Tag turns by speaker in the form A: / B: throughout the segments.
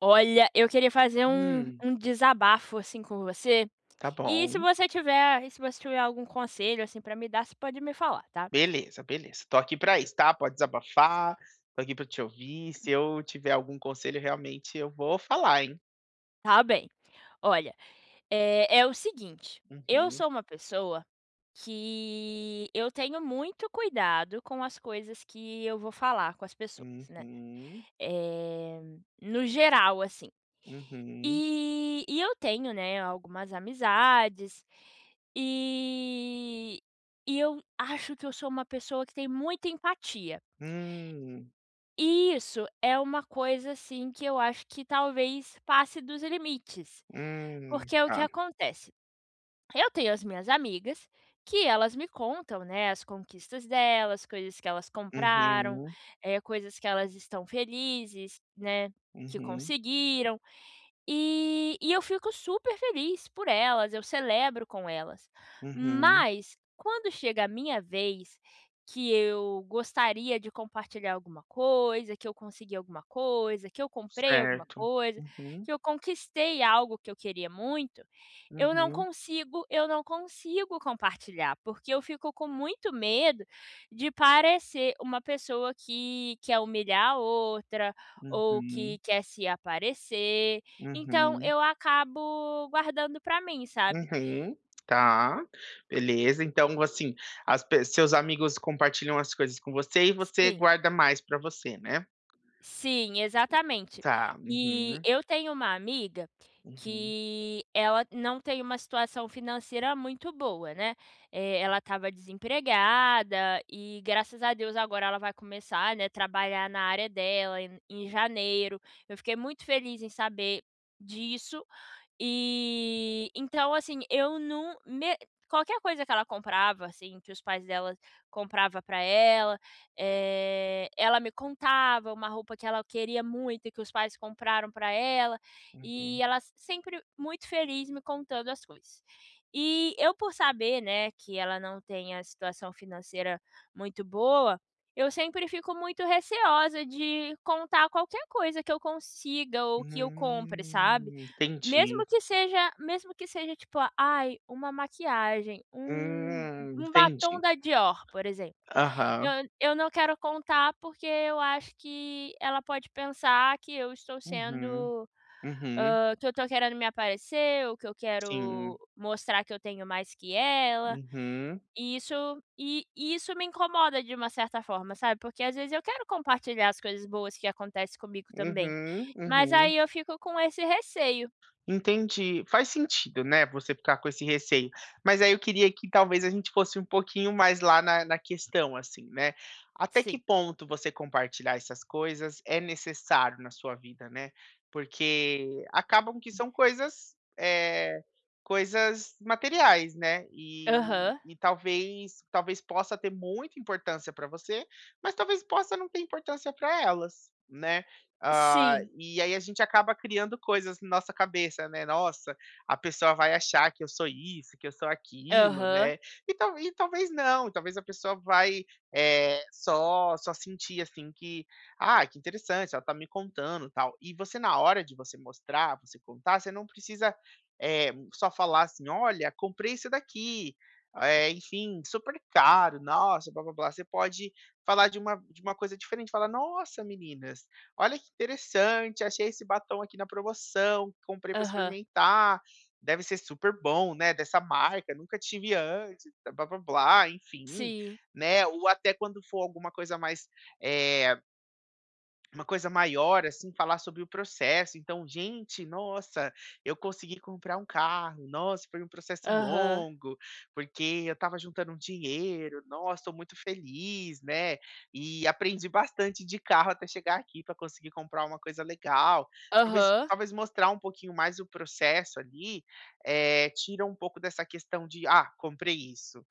A: Olha, eu queria fazer um
B: Hum,
A: um desabafo, assim, com você.
B: tá
A: E se
B: bom.
A: você tiver algum conselho, assim, para me dar, você pode me falar, tá?
B: Beleza, beleza. Tô aqui pra isso, tá? Pode desabafar, tô aqui pra te ouvir. Se eu tiver algum conselho, realmente eu vou falar, hein?
A: Tá bem. Olha, é o seguinte, eu
B: Uhum,
A: sou uma pessoa que eu tenho muito cuidado com as coisas que eu vou falar com as pessoas, né.
B: uhum,
A: Eh, no geral, assim.
B: uhum,
A: E eu tenho, né, algumas amizades, e eu acho que eu sou uma pessoa que tem muita empatia.
B: hum,
A: E isso é uma coisa, assim, que eu acho que talvez passe dos limites. Porque é o que
B: tá.
A: acontece? Eu tenho as minhas amigas, que elas me contam, né, as conquistas delas, coisas que elas compraram,
B: Uhum,
A: coisas que elas estão felizes, né, que
B: uhum,
A: conseguiram. E eu fico super feliz por elas, eu celebro com elas.
B: uhum,
A: Mas quando chega a minha vez, que eu gostaria de compartilhar alguma coisa, que eu consegui alguma coisa, que eu comprei alguma
B: certo.
A: coisa,
B: Uhum,
A: que eu conquistei algo que eu queria muito,
B: uhum,
A: eu não consigo compartilhar, porque eu fico com muito medo de parecer uma pessoa que quer humilhar a outra, ou
B: uhum,
A: que quer se aparecer, então
B: uhum.
A: eu acabo guardando pra mim, sabe.
B: Uhum, tá, beleza. Então, assim, as pe seus amigos compartilham as coisas com você e você
A: Sim.
B: guarda mais pra você, né?
A: Sim, exatamente.
B: Tá,
A: E
B: uhum,
A: eu tenho uma amiga
B: uhum,
A: que ela não tem uma situação financeira muito boa, né. Ela estava desempregada e graças a Deus agora ela vai começar, né, trabalhar na área dela em janeiro. Eu fiquei muito feliz em saber disso. E então, assim, eu não me qualquer coisa que ela comprava, assim, que os pais dela comprava para ela ela me contava uma roupa que ela queria muito e que os pais compraram para ela, e
B: uhum.
A: ela sempre muito feliz me contando as coisas. E eu por saber, né, que ela não tem a situação financeira muito boa, eu sempre fico muito receosa de contar qualquer coisa que eu consiga ou que eu compre, sabe.
B: Entendi.
A: Mesmo que seja tipo, ai, uma maquiagem, um batom
B: Entendi.
A: da Dior, por exemplo. Eu
B: Aham.
A: eu não quero contar, porque eu acho que ela pode pensar que eu estou
B: Uhum,
A: sendo,
B: uhum,
A: que eu estou querendo me aparecer, ou que eu
B: sim.
A: quero mostrar que eu tenho mais que ela.
B: Uhum,
A: E isso e isso me incomoda de uma certa forma, sabe, porque às vezes eu quero compartilhar as coisas boas que acontecem comigo também,
B: uhum, uhum,
A: mas
B: uhum.
A: aí eu fico com esse receio.
B: Entendi. Faz sentido, né, você ficar com esse receio. Mas aí eu queria que talvez a gente fosse um pouquinho mais lá na questão, assim, né. Até que
A: Sim.
B: ponto você compartilhar essas coisas é necessário na sua vida, né. Porque acabam que são coisas, coisas materiais, né, e
A: Aham.
B: e talvez talvez possa ter muita importância para você, mas talvez possa não ter importância para elas, né. Ah,
A: Sim.
B: e aí a gente acaba criando coisas na nossa cabeça, né, "Nossa, a pessoa vai achar que eu sou isso, que eu sou aquilo",
A: Aham.
B: né, e tal e talvez não, talvez a pessoa vai, só só sentir, assim, que: "Ah, que interessante, ela tá me contando, tal". E você na hora de você mostrar, você contar, você não precisa, só falar assim: "Olha, comprei isso daqui, enfim, super caro, nossa, blá-blá-blá". Você pode falar de uma coisa diferente, falar: "Nossa meninas, olha que interessante, achei esse batom aqui na promoção, comprei para
A: Aham.
B: experimentar, deve ser super bom, né, dessa marca, nunca tive antes, blá blá blá, enfim,
A: Sim.
B: né, ou até quando for alguma coisa mais, eh, uma coisa maior, assim, falar sobre o processo. Então, gente, nossa, eu consegui comprar um carro. Nossa, foi um processo
A: Aham.
B: longo, porque eu estava juntando um dinheiro. Nossa, estou muito feliz, né? E aprendi bastante de carro até chegar aqui para conseguir comprar uma coisa legal. Talvez,
A: Aham.
B: talvez mostrar um pouquinho mais o processo ali, tira um pouco dessa questão de, ah, comprei isso,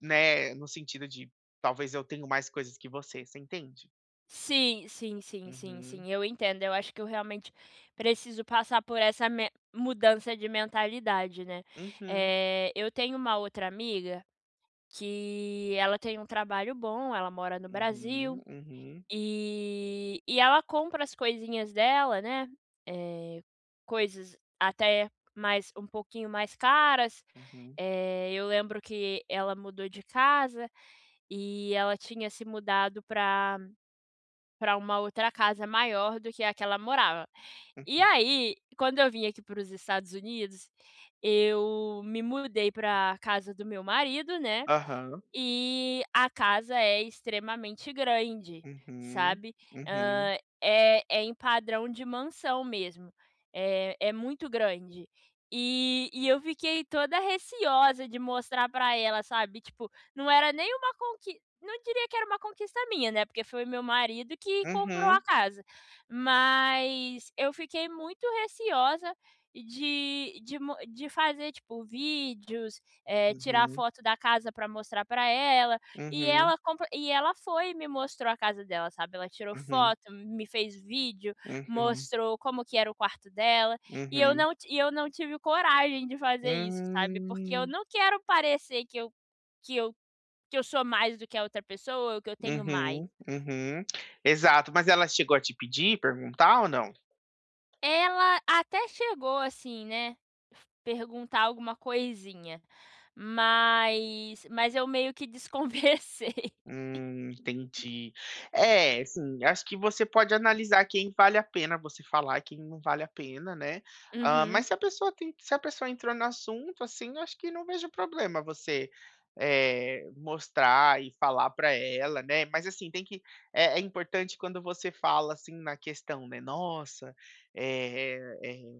B: né? No sentido de talvez eu tenho mais coisas que você, você entende?
A: Sim, sim, sim, sim,
B: Uhum,
A: sim, eu entendo. Eu acho que eu realmente preciso passar por essa me mudança de mentalidade, né.
B: uhum.
A: Eu tenho uma outra amiga que ela tem um trabalho bom, ela mora no Brasil,
B: Uhum, uhum,
A: e ela compra as coisinhas dela, né, eh, coisas até mais um pouquinho mais caras.
B: uhum,
A: Eu lembro que ela mudou de casa e ela tinha se mudado para uma outra casa maior do que a que ela morava. E
B: uhum.
A: aí, quando eu vim aqui para os Estados Unidos, eu me mudei pra casa do meu marido, né.
B: Aham.
A: E a casa é extremamente grande,
B: Uhum,
A: sabe.
B: uhum,
A: É em padrão de mansão mesmo, é muito grande. E eu fiquei toda receosa de mostrar pra ela, sabe, tipo, não diria que era uma conquista minha, né, porque foi meu marido que comprou a
B: uhum,
A: casa, mas eu fiquei muito receosa de fazer, tipo, vídeos tirar
B: uhum,
A: foto da casa para mostrar para ela,
B: uhum,
A: e ela foi e me mostrou a casa dela, sabe, ela tirou
B: uhum,
A: foto, me fez vídeo,
B: uhum,
A: mostrou como que era o quarto dela, e eu
B: uhum.
A: não ti e eu não tive coragem de fazer isso, sabe, porque eu
B: Hum.
A: não quero parecer que eu que eu que eu sou mais do que a outra pessoa ou que eu tenho mais.
B: Uhum, uhum. Exato, mas ela chegou a te pedir, perguntar ou não?
A: Ela até chegou, assim, né, perguntar alguma coisinha, mas eu meio que desconversei.
B: Entendi. É, assim, acho que você pode analisar quem vale a pena você falar quem não vale a pena, né. Ah, mas
A: Uhum.
B: se a pessoa entrou no assunto, assim, acho que não vejo problema você, mostrar e falar para ela, né. Mas, assim, tem que é importante quando você fala, assim, na questão, né: "Nossa, eh eh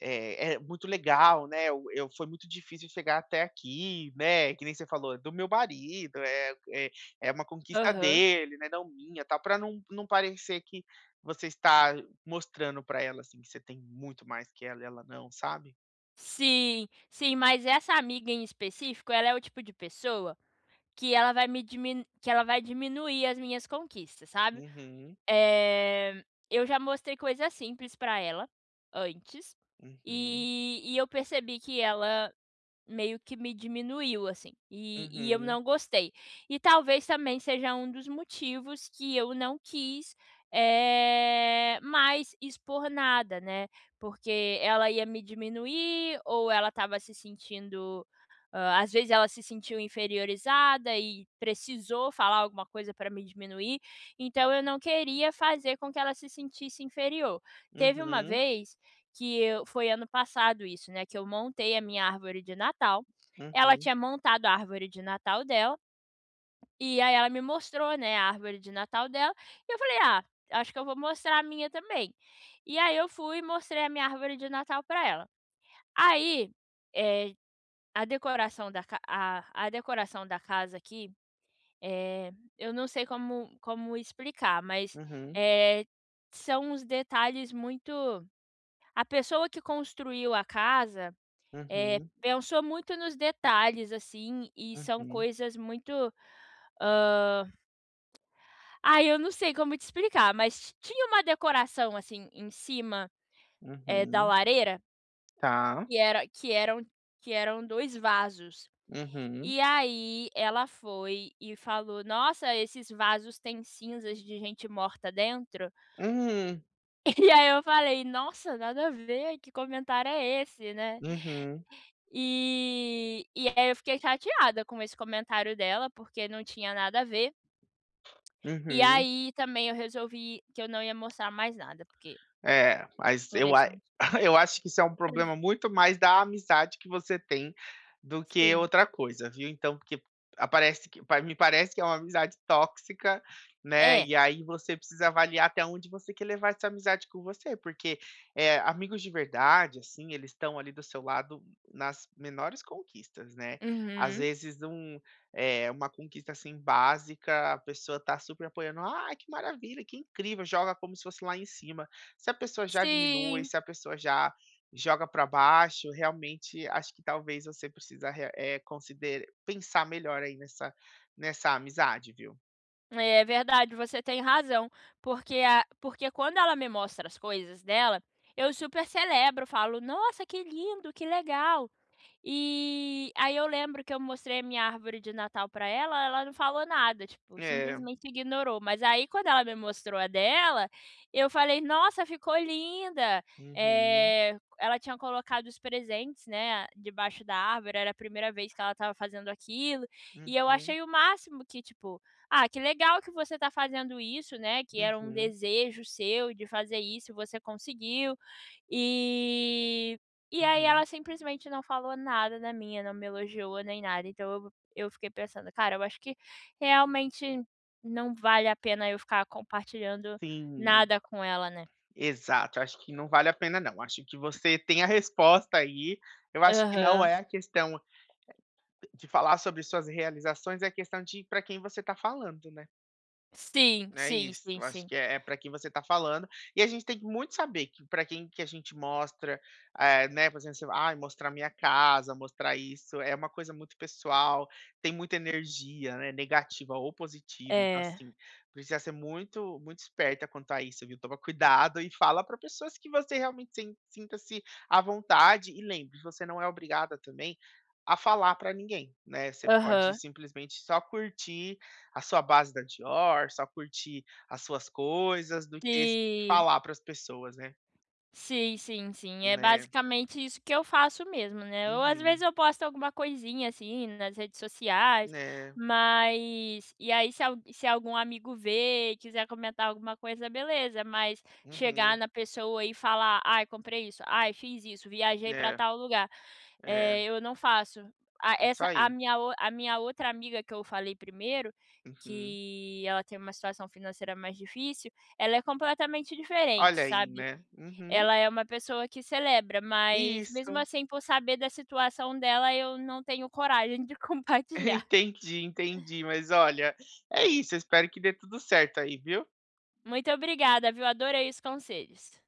B: é muito legal, né, eu foi muito difícil chegar até aqui, né, que nem você falou, do meu marido, é é uma conquista
A: Aham.
B: dele, né, não minha, tal, para não parecer que você está mostrando para ela, assim, que você tem muito mais que ela e ela não, sabe.
A: Sim, sim, mas essa amiga em específico, ela é o tipo de pessoa que ela vai me dimin que ela vai diminuir as minhas conquistas, sabe.
B: Uhum,
A: Eh, eu já mostrei coisas simples pra ela antes,
B: uhum,
A: e eu percebi que ela meio que me diminuiu, assim, e eu
B: uhum,
A: não gostei. E talvez também seja um dos motivos que eu não quis, mais expor nada, né, porque ela ia me diminuir ou ela estava se sentindo às vezes ela se sentiu inferiorizada e precisou falar alguma coisa para me diminuir, então eu não queria fazer com que ela se sentisse inferior. Teve uma
B: uhum,
A: vez que eu foi ano passado isso, né, que eu montei a minha árvore de Natal. Ela
B: uhum,
A: tinha montado a árvore de Natal dela, e aí ela me mostrou, né, a árvore de Natal dela, e eu falei: "Ah, acho que eu vou mostrar a minha também". E aí eu fui e mostrei a minha árvore de Natal para ela. Aí, eh, a decoração da casa aqui, eh, eu não sei como explicar, mas,
B: uhum,
A: eh, são uns detalhes muito a pessoa que construiu a casa,
B: uhum,
A: pensou muito nos detalhes, assim, e são
B: uhum,
A: coisas muito, ah ai, eu não sei como te explicar, mas tinha uma decoração, assim, em cima, da
B: uhum.
A: lareira,
B: Tá.
A: que era que eram 2 vasos.
B: Uhum.
A: E aí ela foi e falou: "Nossa, esses vasos têm cinzas de gente morta dentro".
B: Hum.
A: E aí eu falei: "Nossa, nada a ver, que comentário é esse, né".
B: Uhum,
A: E aí eu fiquei chateada com esse comentário dela, porque não tinha nada a ver. E
B: uhum.
A: aí também eu resolvi que eu não ia mostrar mais nada, porque
B: É, mas
A: por
B: eu
A: esse
B: a
A: mo
B: eu acho que isso é um problema muito mais da amizade que você tem do que
A: Sim.
B: outra coisa, viu. Então, porque aparece que pa me parece que é uma amizade tóxica, né,
A: É.
B: e aí você precisa avaliar até onde você quer levar essa amizade com você, porque, amigos de verdade, assim, eles estão ali do seu lado nas menores conquistas, né. Às
A: Uhum.
B: vezes é uma conquista, assim, básica, a pessoa tá super apoiando: ah, que maravilha, que incrível", joga como se fosse lá em cima. Se a pessoa já diminui,
A: Sim,
B: se a pessoa já joga para baixo, realmente acho que talvez você precisa pensar melhor aí nessa amizade, viu?
A: é verdade, você tem razão, porque quando ela me mostra as coisas dela, eu super celebro, falo: "Nossa, que lindo, que legal". E aí eu lembro que eu mostrei a minha árvore de Natal pra ela, ela não falou nada, tipo,
B: É.
A: simplesmente ignorou. Mas aí quando ela me mostrou a dela, eu falei: "Nossa, ficou linda!".
B: Uhum,
A: Ela tinha colocado os presentes, né, debaixo da árvore, era a primeira vez que ela estava fazendo aquilo, e eu
B: uhum,
A: achei o máximo que, tipo: "Ah, que legal que você tá fazendo isso, né, que era um
B: uhum,
A: desejo seu de fazer isso você conseguiu". E e aí
B: uhum.
A: ela simplesmente não falou nada da minha, não me elogiou nem nada, então eu fiquei pensando: "Cara, eu acho que realmente não vale a pena eu ficar compartilhando
B: Sim,
A: nada com ela, né".
B: exato. Acho que não vale a pena, não. Acho que você tem a resposta aí. Eu acho que não
A: Aham.
B: é a questão de falar sobre suas realizações, é a questão de para quem você está falando, né?
A: Sim,
B: É
A: sim,
B: isso,
A: sim,
B: eu acho
A: sim.
B: que é pra quem você está falando. E a gente tem que muito saber que para quem que a gente mostra, né, por exemplo, assim, ai, mostrar minha casa, mostrar isso, é uma coisa muito pessoal, tem muita energia, né, negativa ou positiva, então
A: É.
B: assim, precisa ser muito muito esperta quanto a isso, viu. Toma cuidado e fala para pessoas que você realmente sinta-se à vontade e lembre, você não é obrigada também a falar para ninguém, né, você pode
A: Aham.
B: simplesmente só curtir a sua base da Dior, só curtir as suas coisas, do que s
A: Sim.
B: falar para as pessoas, né.
A: Sim, sim, sim. É
B: É.
A: basicamente isso que eu faço mesmo, né. Ou às vezes
B: Uhum.
A: eu posto alguma coisinha, assim, nas redes sociais,
B: É.
A: mas e aí se algum amigo vê e quiser comentar alguma coisa, beleza, mas chegar
B: Uhum.
A: na pessoa e falar: "Ai, comprei isso. Ai, fiz isso. Viajei para
B: É,
A: tal lugar",
B: é.
A: eu não faço.
B: Isso aí.
A: A minha outra amiga que eu falei primeiro,
B: Uhum.
A: que ela tem uma situação financeira mais difícil, ela é completamente diferente,
B: Olha aí,
A: sabe.
B: né. Uhum.
A: Ela é uma pessoa que celebra, mas mesmo
B: Isso.
A: assim, por saber da situação dela, eu não tenho coragem de compartilhar.
B: Entendi, entendi. Mas olha, é isso, eu espero que dê tudo certo aí, viu.
A: Muito obrigada, viu, adorei os conselhos.